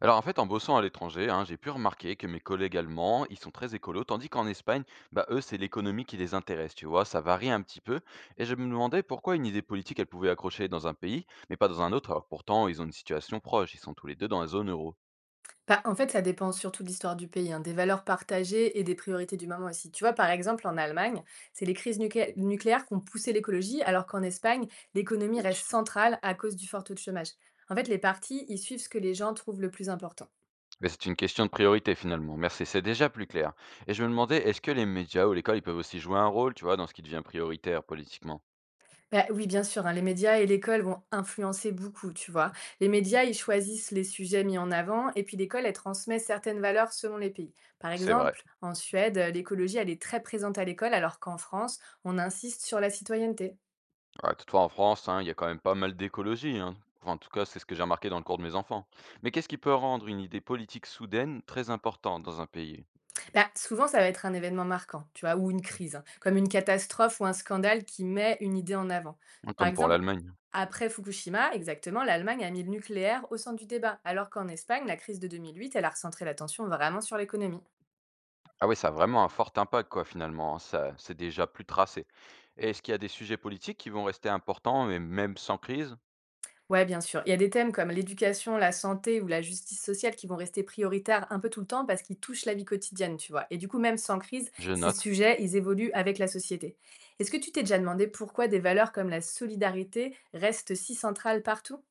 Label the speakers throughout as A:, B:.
A: Alors en fait, en bossant à l'étranger, hein, j'ai pu remarquer que mes collègues allemands, ils sont très écolos, tandis qu'en Espagne, bah, eux, c'est l'économie qui les intéresse, tu vois, ça varie un petit peu. Et je me demandais pourquoi une idée politique, elle pouvait accrocher dans un pays, mais pas dans un autre, alors que pourtant, ils ont une situation proche, ils sont tous les deux dans la zone euro.
B: Bah, en fait, ça dépend surtout de l'histoire du pays, hein, des valeurs partagées et des priorités du moment aussi. Tu vois, par exemple, en Allemagne, c'est les crises nucléaires qui ont poussé l'écologie, alors qu'en Espagne, l'économie
A: Oui.
B: reste centrale à cause du fort taux de chômage. En fait, les partis, ils suivent ce que les gens trouvent le plus important.
A: Mais c'est une question de priorité finalement, merci, c'est déjà plus clair. Et je me demandais, est-ce que les médias ou l'école, ils peuvent aussi jouer un rôle, tu vois, dans ce qui devient prioritaire politiquement.
B: Bah, oui, bien sûr, hein, les médias et l'école vont influencer beaucoup, tu vois. Les médias, ils choisissent les sujets mis en avant, et puis l'école, elle transmet certaines valeurs selon les pays. Par
A: C'est vrai.
B: exemple, en Suède, l'écologie, elle est très présente à l'école, alors qu'en France, on insiste sur la citoyenneté.
A: Ouais, toutefois, en France, hein, il y a quand même pas mal d'écologie, hein. Enfin, en tout cas, c'est ce que j'ai remarqué dans le cours de mes enfants. Mais qu'est-ce qui peut rendre une idée politique soudaine très importante dans un pays,
B: Bah, souvent, ça va être un événement marquant, tu vois, ou une crise, hein, comme une catastrophe ou un scandale qui met une idée en avant.
A: hein,
B: Par
A: comme pour
B: exemple,
A: l'Allemagne?
B: après Fukushima, exactement, l'Allemagne a mis le nucléaire au centre du débat, alors qu'en Espagne, la crise de 2008, elle a recentré l'attention vraiment sur l'économie.
A: Ah oui, ça a vraiment un fort impact, quoi, finalement, hein. Ça, c'est déjà plus tracé. Et est-ce qu'il y a des sujets politiques qui vont rester importants, mais même sans crise?
B: Ouais, bien sûr. Il y a des thèmes comme l'éducation, la santé ou la justice sociale qui vont rester prioritaires un peu tout le temps parce qu'ils touchent la vie quotidienne, tu vois. Et du coup, même sans crise,
A: Je
B: ces
A: note.
B: sujets, ils évoluent avec la société. Est-ce que tu t'es déjà demandé pourquoi des valeurs comme la solidarité restent si centrales partout?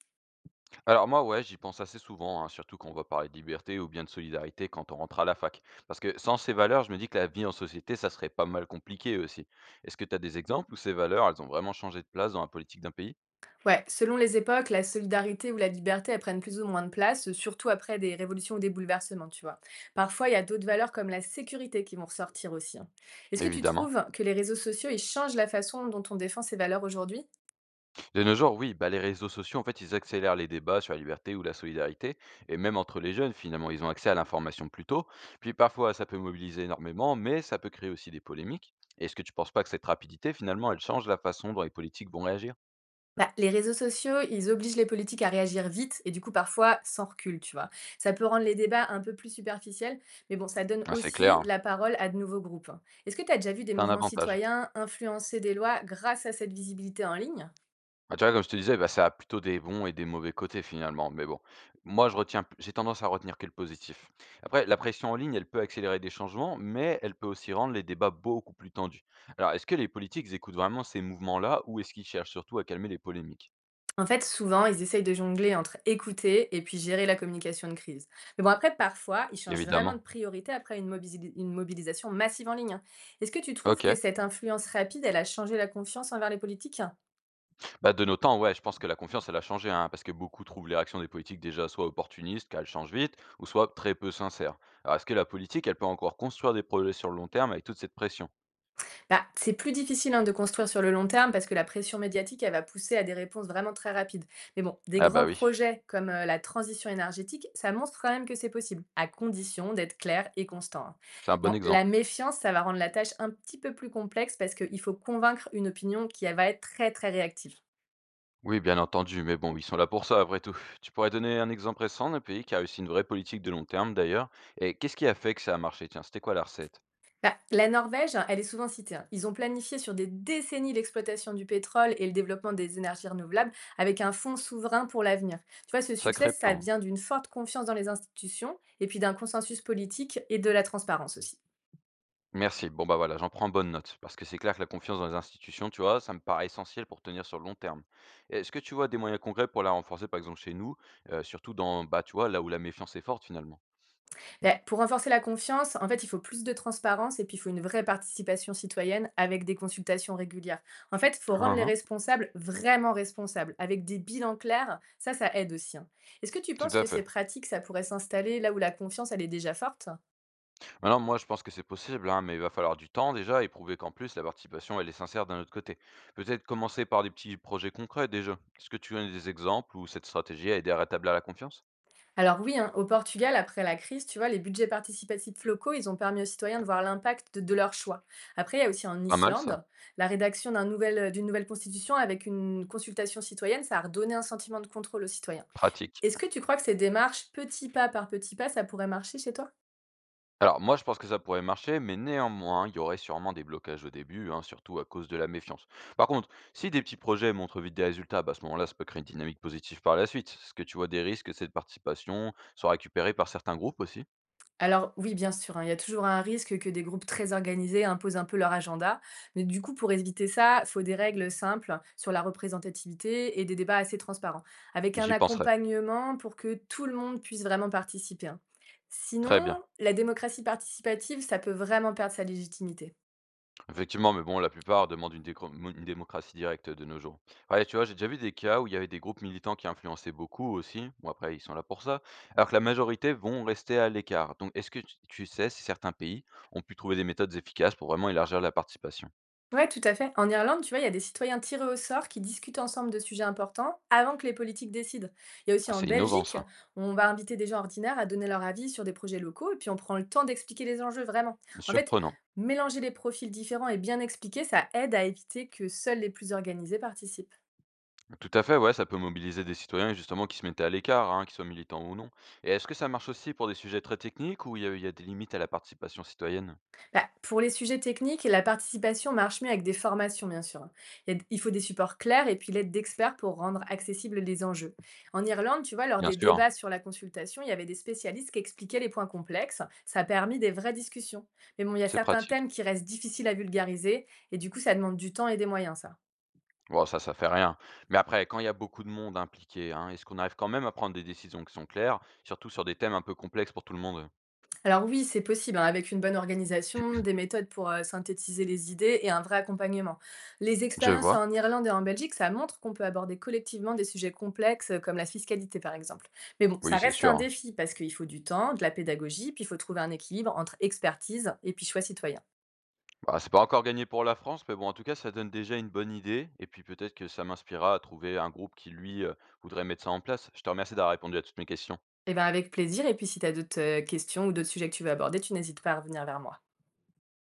A: Alors moi, ouais, j'y pense assez souvent, hein, surtout quand on va parler de liberté ou bien de solidarité quand on rentre à la fac. Parce que sans ces valeurs, je me dis que la vie en société, ça serait pas mal compliqué aussi. Est-ce que tu as des exemples où ces valeurs, elles ont vraiment changé de place dans la politique d'un pays?
B: Ouais, selon les époques, la solidarité ou la liberté, elles prennent plus ou moins de place, surtout après des révolutions ou des bouleversements, tu vois. Parfois, il y a d'autres valeurs comme la sécurité qui vont ressortir aussi, hein. Est-ce que tu
A: Évidemment.
B: trouves que les réseaux sociaux, ils changent la façon dont on défend ces valeurs aujourd'hui?
A: De nos jours, oui, bah, les réseaux sociaux, en fait, ils accélèrent les débats sur la liberté ou la solidarité, et même entre les jeunes, finalement, ils ont accès à l'information plus tôt. Puis parfois, ça peut mobiliser énormément, mais ça peut créer aussi des polémiques. Est-ce que tu penses pas que cette rapidité, finalement, elle change la façon dont les politiques vont réagir?
B: Bah, les réseaux sociaux, ils obligent les politiques à réagir vite et du coup parfois sans recul, tu vois. Ça peut rendre les débats un peu plus superficiels, mais bon, ça donne
A: Ah, c'est clair,
B: aussi
A: hein.
B: la parole à de nouveaux groupes, hein. Est-ce que tu as déjà vu des
A: C'est un
B: mouvements
A: avantage.
B: citoyens influencer des lois grâce à cette visibilité en ligne?
A: Bah, tu vois, comme je te disais, bah, ça a plutôt des bons et des mauvais côtés finalement. Mais bon, moi, je retiens, j'ai tendance à retenir que le positif. Après, la pression en ligne, elle peut accélérer des changements, mais elle peut aussi rendre les débats beaucoup plus tendus. Alors, est-ce que les politiques écoutent vraiment ces mouvements-là ou est-ce qu'ils cherchent surtout à calmer les polémiques?
B: En fait, souvent, ils essayent de jongler entre écouter et puis gérer la communication de crise. Mais bon, après, parfois, ils changent vraiment de
A: Évidemment.
B: priorité après une mobilisation massive en ligne, hein. Est-ce que tu trouves que
A: Ok.
B: cette influence rapide, elle a changé la confiance envers les politiques?
A: Bah, de nos temps, ouais, je pense que la confiance, elle a changé, hein, parce que beaucoup trouvent les réactions des politiques déjà soit opportunistes, qu'elles changent vite, ou soit très peu sincères. Alors, est-ce que la politique, elle peut encore construire des projets sur le long terme avec toute cette pression?
B: Bah, c'est plus difficile, hein, de construire sur le long terme parce que la pression médiatique, elle va pousser à des réponses vraiment très rapides. Mais bon, des
A: Ah bah
B: grands
A: oui,
B: projets comme la transition énergétique, ça montre quand même que c'est possible, à condition d'être clair et constant, hein.
A: c'est un bon
B: Bon, la
A: exemple.
B: méfiance, ça va rendre la tâche un petit peu plus complexe parce qu'il faut convaincre une opinion qui elle va être très très réactive.
A: Oui, bien entendu, mais bon, ils sont là pour ça après tout. Tu pourrais donner un exemple récent d'un pays qui a réussi une vraie politique de long terme d'ailleurs. Et qu'est-ce qui a fait que ça a marché? Tiens, c'était quoi la recette?
B: Bah, la Norvège, hein, elle est souvent citée, hein. Ils ont planifié sur des décennies l'exploitation du pétrole et le développement des énergies renouvelables avec un fonds souverain pour l'avenir. Tu vois, ce succès,
A: Sacré
B: ça
A: plan.
B: vient d'une forte confiance dans les institutions et puis d'un consensus politique et de la transparence aussi.
A: Merci. Bon bah voilà, j'en prends bonne note. Parce que c'est clair que la confiance dans les institutions, tu vois, ça me paraît essentiel pour tenir sur le long terme. Est-ce que tu vois des moyens concrets pour la renforcer, par exemple chez nous, surtout dans, bah tu vois, là où la méfiance est forte finalement?
B: Beh, pour renforcer la confiance, en fait, il faut plus de transparence et puis il faut une vraie participation citoyenne avec des consultations régulières. En fait, il faut rendre les
A: Ah, ah,
B: responsables vraiment responsables, avec des bilans clairs. Ça aide aussi, hein. Est-ce que tu
A: tout
B: penses
A: à
B: que
A: fait.
B: ces pratiques, ça pourrait s'installer là où la confiance, elle est déjà forte?
A: Ah non, moi je pense que c'est possible, hein, mais il va falloir du temps déjà et prouver qu'en plus la participation elle est sincère d'un autre côté. Peut-être commencer par des petits projets concrets déjà. Est-ce que tu as des exemples où cette stratégie a aidé à rétablir la confiance?
B: Alors oui, hein, au Portugal, après la crise, tu vois, les budgets participatifs locaux, ils ont permis aux citoyens de voir l'impact de leurs choix. Après, il y a aussi en
A: Pas mal ça,
B: Islande, la rédaction d'une nouvelle constitution avec une consultation citoyenne, ça a redonné un sentiment de contrôle aux citoyens.
A: pratique.
B: Est-ce que tu crois que ces démarches, petit pas par petit pas, ça pourrait marcher chez toi?
A: Alors moi je pense que ça pourrait marcher, mais néanmoins il y aurait sûrement des blocages au début, hein, surtout à cause de la méfiance. Par contre, si des petits projets montrent vite des résultats, bah, à ce moment-là ça peut créer une dynamique positive par la suite. Est-ce que tu vois des risques que cette participation soit récupérée par certains groupes aussi?
B: Alors oui, bien sûr, hein, il y a toujours un risque que des groupes très organisés imposent un peu leur agenda, mais du coup, pour éviter ça, faut des règles simples sur la représentativité et des débats assez transparents, avec un
A: J'y penserai.
B: accompagnement pour que tout le monde puisse vraiment participer, hein.
A: Très bien.
B: Sinon, la démocratie participative, ça peut vraiment perdre sa légitimité.
A: Effectivement, mais bon, la plupart demandent une, une démocratie directe de nos jours. Ouais, tu vois, j'ai déjà vu des cas où il y avait des groupes militants qui influençaient beaucoup aussi. Bon, après, ils sont là pour ça. Alors que la majorité vont rester à l'écart. Donc, est-ce que tu sais si certains pays ont pu trouver des méthodes efficaces pour vraiment élargir la participation?
B: Ouais, tout à fait. En Irlande, tu vois, il y a des citoyens tirés au sort qui discutent ensemble de sujets importants avant que les politiques décident. Il y a aussi
A: Ah,
B: en
A: c'est innovant,
B: Belgique,
A: ça.
B: on va inviter des gens ordinaires à donner leur avis sur des projets locaux et puis on prend le temps d'expliquer les enjeux vraiment. En fait,
A: Surprenant.
B: mélanger les profils différents et bien expliquer, ça aide à éviter que seuls les plus organisés participent.
A: Tout à fait, ouais, ça peut mobiliser des citoyens justement qui se mettaient à l'écart, hein, qu'ils soient militants ou non. Et est-ce que ça marche aussi pour des sujets très techniques où il y a des limites à la participation citoyenne?
B: Bah, pour les sujets techniques, la participation marche mieux avec des formations, bien sûr. Il faut des supports clairs et puis l'aide d'experts pour rendre accessibles les enjeux. En Irlande, tu vois, lors
A: Bien
B: des
A: sûr, hein,
B: débats sur la consultation, il y avait des spécialistes qui expliquaient les points complexes. Ça a permis des vraies discussions. Mais bon, il y a
A: c'est
B: certains
A: pratique.
B: thèmes qui restent difficiles à vulgariser et du coup, ça demande du temps et des moyens, ça.
A: Bon, ça fait rien. Mais après, quand il y a beaucoup de monde impliqué, hein, est-ce qu'on arrive quand même à prendre des décisions qui sont claires, surtout sur des thèmes un peu complexes pour tout le monde?
B: Alors oui, c'est possible, hein, avec une bonne organisation, des méthodes pour synthétiser les idées et un vrai accompagnement. Les
A: Je
B: expériences
A: vois.
B: en Irlande et en Belgique, ça montre qu'on peut aborder collectivement des sujets complexes comme la fiscalité par exemple. Mais bon,
A: Oui,
B: ça
A: c'est
B: reste un
A: sûr, hein.
B: défi parce qu'il faut du temps, de la pédagogie, puis il faut trouver un équilibre entre expertise et puis choix citoyen.
A: Bah, c'est pas encore gagné pour la France, mais bon, en tout cas, ça donne déjà une bonne idée. Et puis peut-être que ça m'inspirera à trouver un groupe qui, lui, voudrait mettre ça en place. Je te remercie d'avoir répondu à toutes mes questions.
B: Et bien avec plaisir, et puis si tu as d'autres questions ou d'autres sujets que tu veux aborder, tu n'hésites pas à revenir vers moi.